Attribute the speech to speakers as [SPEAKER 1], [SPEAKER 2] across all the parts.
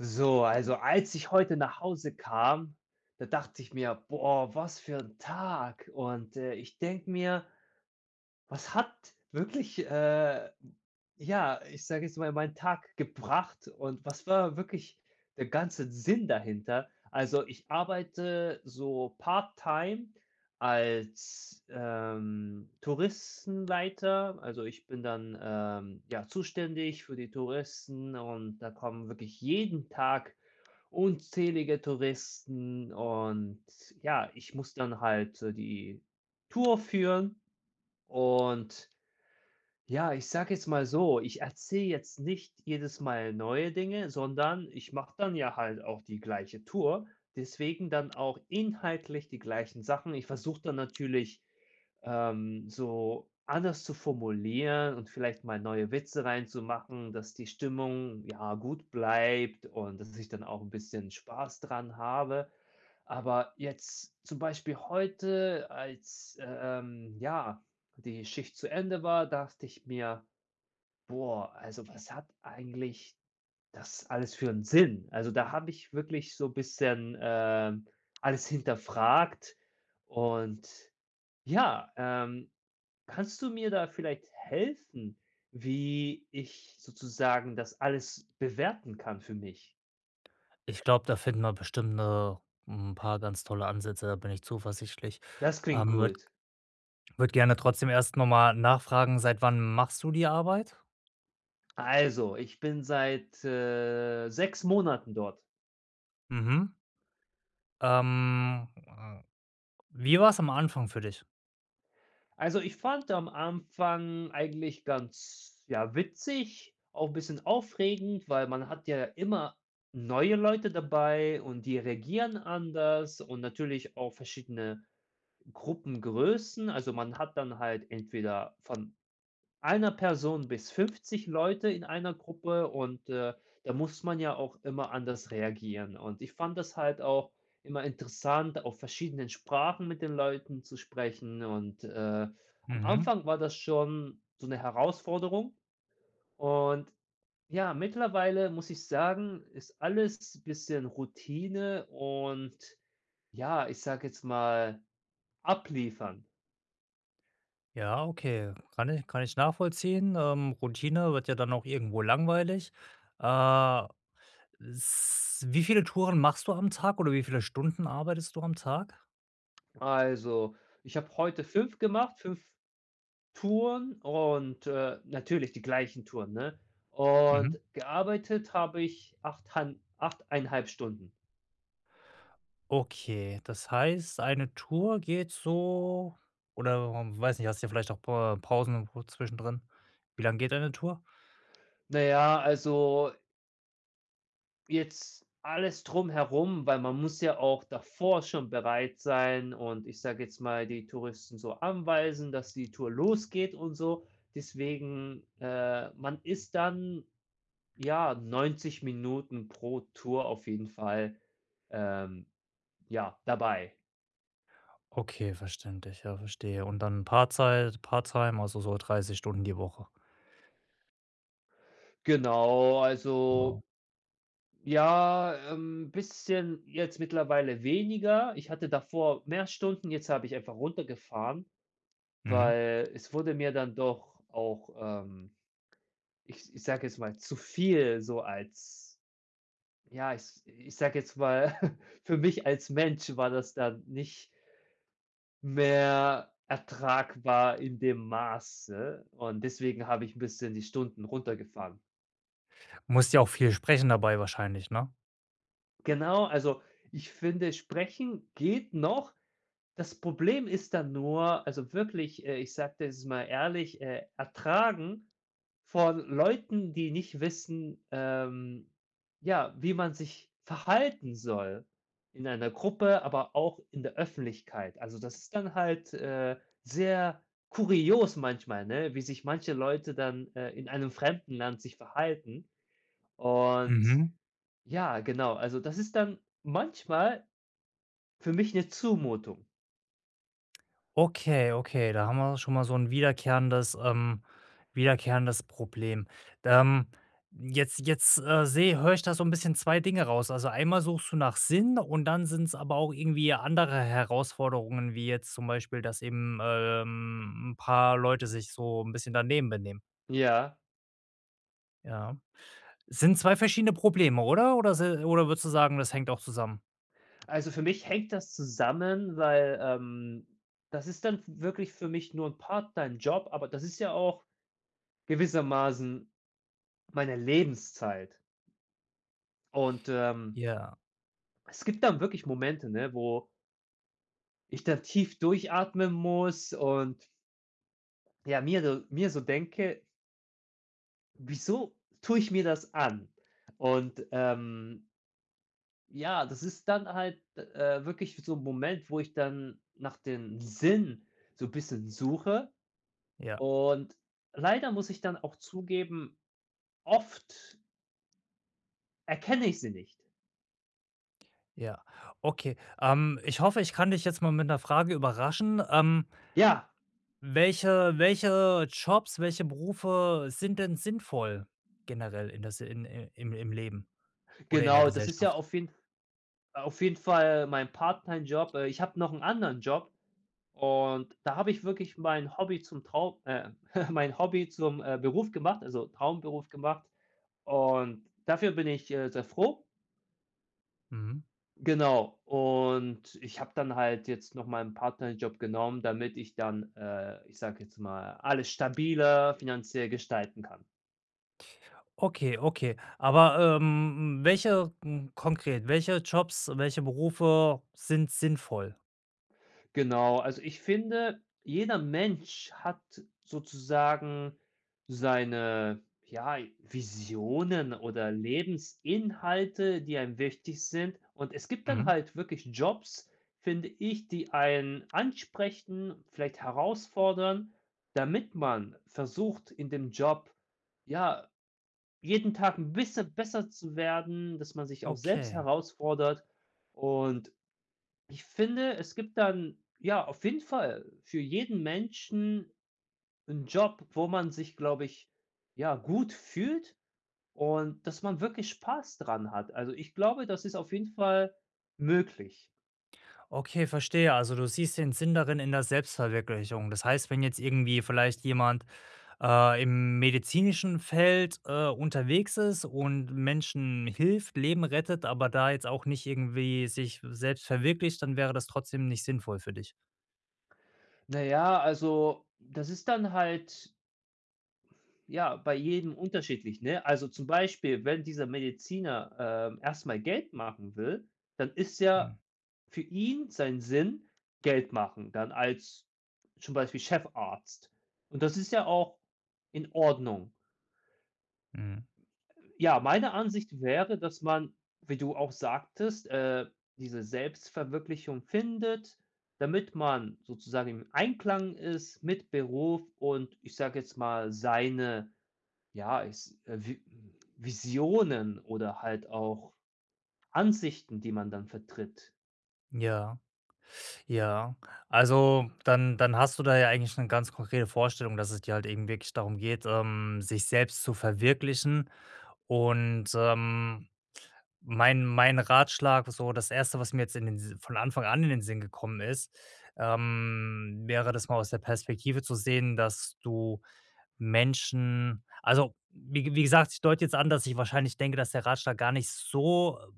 [SPEAKER 1] So, also als ich heute nach Hause kam, da dachte ich mir, boah, was für ein Tag. Ich denke mir, was hat wirklich, ja, ich sage jetzt mal, meinen Tag gebracht und was war wirklich der ganze Sinn dahinter? Also ich arbeite so part-time als Touristenleiter. Also ich bin dann ja, zuständig für die Touristen und da kommen wirklich jeden Tag unzählige Touristen und ja, ich muss dann halt, die Tour führen. Und ja, ich sage jetzt mal so, ich erzähle jetzt nicht jedes Mal neue Dinge, sondern ich mache dann ja halt auch die gleiche Tour, deswegen dann auch inhaltlich die gleichen Sachen. Ich versuche dann natürlich so anders zu formulieren und vielleicht mal neue Witze reinzumachen, dass die Stimmung, ja, gut bleibt und dass ich dann auch ein bisschen Spaß dran habe. Aber jetzt zum Beispiel heute, als ja, die Schicht zu Ende war, dachte ich mir: „Boah, also was hat eigentlich das alles für einen Sinn?" Also, da habe ich wirklich so ein bisschen, alles hinterfragt und ja, ähm, kannst du mir da vielleicht helfen, wie ich sozusagen das alles bewerten kann für mich?
[SPEAKER 2] Ich glaube, da finden wir bestimmt 'ne 'n paar ganz tolle Ansätze, da bin ich zuversichtlich.
[SPEAKER 1] Das klingt
[SPEAKER 2] Ähm, würde
[SPEAKER 1] gut.
[SPEAKER 2] würde gerne trotzdem erst noch mal nachfragen, seit wann machst du die Arbeit?
[SPEAKER 1] Also, ich bin seit, 6 Monaten dort.
[SPEAKER 2] Mhm. Ähm, äh, Wie war's am Anfang für dich?
[SPEAKER 1] Also, ich fand am Anfang eigentlich ganz, ja, witzig, auch ein bisschen aufregend, weil man hat ja immer neue Leute dabei und die reagieren anders und natürlich auch verschiedene Gruppengrößen. Also, man hat dann halt entweder von einer Person bis 50 Leute in einer Gruppe und, da muss man ja auch immer anders reagieren. Und ich fand das halt auch immer interessant, auf verschiedenen Sprachen mit den Leuten zu sprechen. Und am
[SPEAKER 2] Mhm.
[SPEAKER 1] Anfang war das schon so eine Herausforderung. Und ja, mittlerweile muss ich sagen, ist alles ein bisschen Routine und ja, ich sage jetzt mal, abliefern.
[SPEAKER 2] Ja, okay. Kann ich nachvollziehen. Routine wird ja dann auch irgendwo langweilig. Äh, s Wie viele Touren machst du am Tag oder wie viele Stunden arbeitest du am Tag?
[SPEAKER 1] Also, ich habe heute 5 gemacht, 5 Touren und, natürlich die gleichen Touren, ne?
[SPEAKER 2] Mhm.
[SPEAKER 1] Und gearbeitet habe ich 8 han 8,5 Stunden.
[SPEAKER 2] Okay, das heißt, eine Tour geht so oder, weiß nicht, hast du ja vielleicht auch Pa Pausen wo zwischendrin. Wie lange geht eine Tour?
[SPEAKER 1] Na ja, also jetzt alles drumherum, weil man muss ja auch davor schon bereit sein und ich sage jetzt mal, die Touristen so anweisen, dass die Tour losgeht und so. Deswegen, man ist dann, ja, 90 Minuten pro Tour auf jeden Fall, ähm, ja, dabei.
[SPEAKER 2] Okay, verständlich, ja, verstehe. Und dann Paarzeit Part-Time, also so 30 Stunden die Woche.
[SPEAKER 1] Genau, also
[SPEAKER 2] Ja.
[SPEAKER 1] ja, bisschen jetzt mittlerweile weniger. Ich hatte davor mehr Stunden, jetzt habe ich einfach runtergefahren,
[SPEAKER 2] Mhm.
[SPEAKER 1] weil es wurde mir dann doch auch, ich sage jetzt mal, zu viel. So als ja, ich sage jetzt mal, für mich als Mensch war das dann nicht mehr ertragbar in dem Maße und deswegen habe ich ein bisschen die Stunden runtergefahren.
[SPEAKER 2] Musst ja auch viel sprechen dabei wahrscheinlich, ne?
[SPEAKER 1] Genau, also, ich finde, Sprechen geht noch. Das Problem ist dann nur, also wirklich, ich sage das mal ehrlich, ertragen von Leuten, die nicht wissen, ja, wie man sich verhalten soll in einer Gruppe, aber auch in der Öffentlichkeit. Also, das ist dann halt, sehr kurios manchmal, ne, wie sich manche Leute dann, in einem fremden Land sich verhalten. Und
[SPEAKER 2] Mhm.
[SPEAKER 1] ja, genau, also das ist dann manchmal für mich eine Zumutung.
[SPEAKER 2] Okay, okay, da haben wir schon mal so ein wiederkehrendes Problem. Ähm, jetzt jetzt, sehe höre ich da so ein bisschen 2 Dinge raus. Also, einmal suchst du nach Sinn und dann sind es aber auch irgendwie andere Herausforderungen, wie jetzt zum Beispiel, dass eben, 'n paar Leute sich so ein bisschen daneben benehmen.
[SPEAKER 1] Ja.
[SPEAKER 2] Ja. Sind 2 verschiedene Probleme, oder? Oder si Oder würdest du sagen, das hängt auch zusammen?
[SPEAKER 1] Also, für mich hängt das zusammen, weil, das ist dann wirklich für mich nur ein Part-Time-Job, aber das ist ja auch gewissermaßen meine Lebenszeit. Und
[SPEAKER 2] Ja,
[SPEAKER 1] es gibt dann wirklich Momente, ne, wo ich dann tief durchatmen muss und, ja, mir so denke: „Wieso tue ich mir das an?" Und ja, das ist dann halt, wirklich so ein Moment, wo ich dann nach dem Sinn so ein bisschen suche.
[SPEAKER 2] ja,
[SPEAKER 1] Und leider muss ich dann auch zugeben, oft erkenne ich sie nicht.
[SPEAKER 2] ja. Okay, ich hoffe, ich kann dich jetzt mal mit einer Frage überraschen.
[SPEAKER 1] Ja,
[SPEAKER 2] Welche Jobs, welche Berufe sind denn sinnvoll generell in das in i im im Leben oder in der
[SPEAKER 1] genau, das ist ja
[SPEAKER 2] Gesellschaft?
[SPEAKER 1] auf jeden Fall mein Part-Time-Job. Ich habe noch einen anderen Job und da habe ich wirklich mein Hobby zum mein Hobby zum, Beruf gemacht, also Traumberuf gemacht und dafür bin ich, sehr froh.
[SPEAKER 2] Mhm.
[SPEAKER 1] Genau, und ich habe dann halt jetzt noch meinen Part-Time-Job genommen, damit ich dann, ich sage jetzt mal, alles stabiler finanziell gestalten kann.
[SPEAKER 2] Okay, okay. Aber, welche hm, konkret, welche Jobs, welche Berufe sind sinnvoll?
[SPEAKER 1] Genau, also ich finde, jeder Mensch hat sozusagen seine, ja, Visionen oder Lebensinhalte, die einem wichtig sind. Und es gibt dann
[SPEAKER 2] Mhm.
[SPEAKER 1] halt wirklich Jobs, finde ich, die einen ansprechen, vielleicht herausfordern, damit man versucht, in dem Job, ja, jeden Tag ein bisschen besser zu werden, dass man sich auch selbst
[SPEAKER 2] Okay.
[SPEAKER 1] herausfordert. Und ich finde, es gibt dann, ja, auf jeden Fall für jeden Menschen einen Job, wo man sich, glaube ich, ja, gut fühlt und dass man wirklich Spaß dran hat. Also, ich glaube, das ist auf jeden Fall möglich.
[SPEAKER 2] Okay, verstehe. Also, du siehst den Sinn darin in der Selbstverwirklichung. Das heißt, wenn jetzt irgendwie vielleicht jemand im medizinischen Feld, unterwegs ist und Menschen hilft, Leben rettet, aber da jetzt auch nicht irgendwie sich selbst verwirklicht, dann wäre das trotzdem nicht sinnvoll für dich.
[SPEAKER 1] Na ja, also, das ist dann halt ja, bei jedem unterschiedlich, ne? Also, zum Beispiel, wenn dieser Mediziner, erst Geld machen will, dann ist ja
[SPEAKER 2] Mhm,
[SPEAKER 1] für ihn sein Sinn Geld machen, dann als zum Beispiel Chefarzt. Und das ist ja auch in Ordnung.
[SPEAKER 2] mhm.
[SPEAKER 1] Ja, meine Ansicht wäre, dass man, wie du auch sagtest, diese Selbstverwirklichung findet, damit man sozusagen im Einklang ist mit Beruf und ich sage jetzt mal, seine ja, ich s Vi Visionen oder halt auch Ansichten, die man dann vertritt.
[SPEAKER 2] Ja, ja. Also, dann hast du da ja eigentlich eine ganz konkrete Vorstellung, dass es dir halt eben wirklich darum geht, sich selbst zu verwirklichen und, ähm. Mein Ratschlag, so das erste was mir jetzt in den Si von Anfang an in den Sinn gekommen ist, wäre das mal aus der Perspektive zu sehen, dass du Menschen also, wie gesagt, ich deute jetzt an, dass ich wahrscheinlich denke, dass der Ratschlag gar nicht so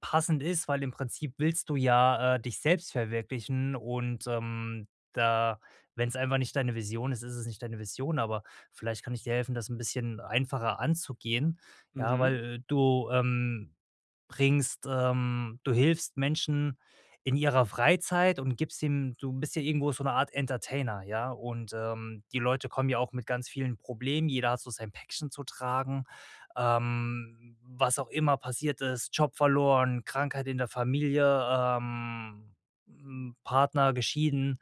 [SPEAKER 2] passend ist, weil im Prinzip willst du ja, dich selbst verwirklichen und, da wenn es einfach nicht deine Vision ist, ist es nicht deine Vision, aber vielleicht kann ich dir helfen, das ein bisschen einfacher anzugehen. Ja,
[SPEAKER 1] Mhm.
[SPEAKER 2] weil, du, bringst du hilfst Menschen in ihrer Freizeit und gibst ihm du bist ja irgendwo so eine Art Entertainer, ja? Und, die Leute kommen ja auch mit ganz vielen Problemen. Jeder hat so sein Päckchen zu tragen. Was auch immer passiert ist, Job verloren, Krankheit in der Familie, ähm, Partner geschieden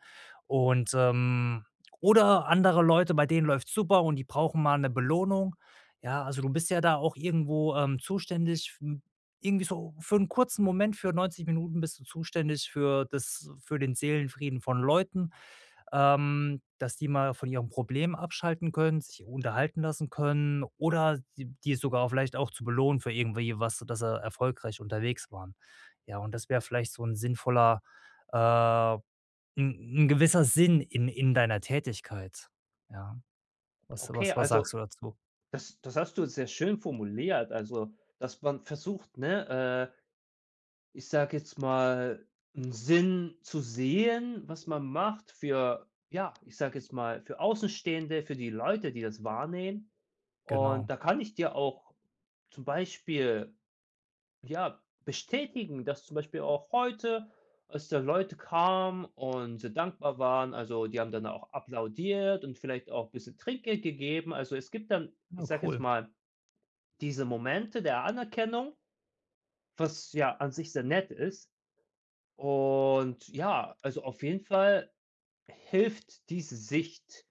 [SPEAKER 2] und, ähm, oder andere Leute, bei denen läuft super und die brauchen mal eine Belohnung. Ja, also, du bist ja da auch irgendwo, zuständig irgendwie so für einen kurzen Moment, für 90 Minuten bist du zuständig für den Seelenfrieden von Leuten, dass die mal von ihrem Problem abschalten können, sich unterhalten lassen können oder die sogar vielleicht auch zu belohnen für irgendwie was, dass sie erfolgreich unterwegs waren. Ja, und das wäre vielleicht so ein äh 'n 'n gewisser Sinn in deiner Tätigkeit. Ja, was
[SPEAKER 1] Okay,
[SPEAKER 2] was was sagst
[SPEAKER 1] also
[SPEAKER 2] du dazu?
[SPEAKER 1] das hast du sehr schön formuliert, also, dass man versucht, ne, ich sage jetzt mal, 'n Sinn zu sehen, was man macht für ja, ich sage jetzt mal, für Außenstehende, für die Leute, die das wahrnehmen.
[SPEAKER 2] Genau.
[SPEAKER 1] Und da kann ich dir auch zum Beispiel ja, bestätigen, dass zum Beispiel auch heute, als da Leute kamen und sehr dankbar waren, also die haben dann auch applaudiert und vielleicht auch 'n bisschen Trinkgeld gegeben. Also, es gibt dann, ich
[SPEAKER 2] Ja,
[SPEAKER 1] sage jetzt
[SPEAKER 2] cool.
[SPEAKER 1] mal, diese Momente der Anerkennung, was ja an sich sehr nett ist. Und ja, also auf jeden Fall hilft diese Sicht,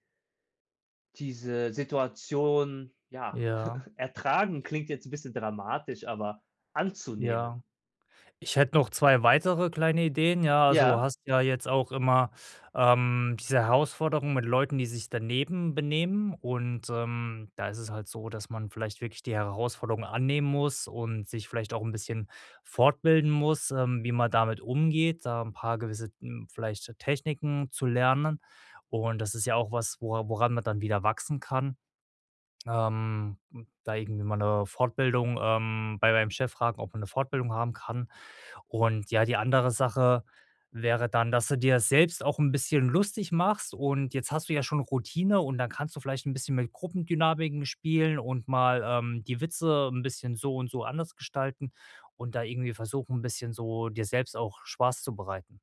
[SPEAKER 1] diese Situation, ja,
[SPEAKER 2] Ja,
[SPEAKER 1] ertragen klingt jetzt ein bisschen dramatisch, aber
[SPEAKER 2] ja.
[SPEAKER 1] anzunehmen.
[SPEAKER 2] Ich hätte noch 2 weitere kleine Ideen, ja. Also, du
[SPEAKER 1] Ja?
[SPEAKER 2] hast ja jetzt auch immer, diese Herausforderung mit Leuten, die sich daneben benehmen und, da ist es halt so, dass man vielleicht wirklich die Herausforderung annehmen muss und sich vielleicht auch ein bisschen fortbilden muss, wie man damit umgeht, da ein paar gewisse, hm, vielleicht Techniken zu lernen. Und das ist ja auch was, woran man dann wieder wachsen kann. Ähm, da irgendwie mal eine Fortbildung, bei meinem Chef fragen, ob man eine Fortbildung haben kann. Und ja, die andere Sache wäre dann, dass du dir selbst auch 'n bisschen lustig machst und jetzt hast du ja schon Routine und dann kannst du vielleicht 'n bisschen mit Gruppendynamiken spielen und mal, die Witze 'n bisschen so und so anders gestalten und da irgendwie versuchen, 'n bisschen so dir selbst auch Spaß zu bereiten.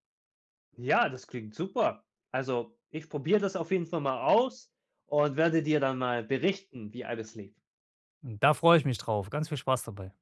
[SPEAKER 1] Ja, das klingt super. Also, ich probiere das auf jeden Fall mal aus und werde dir dann mal berichten, wie alles lief.
[SPEAKER 2] Und da freue ich mich drauf. Ganz viel Spaß dabei.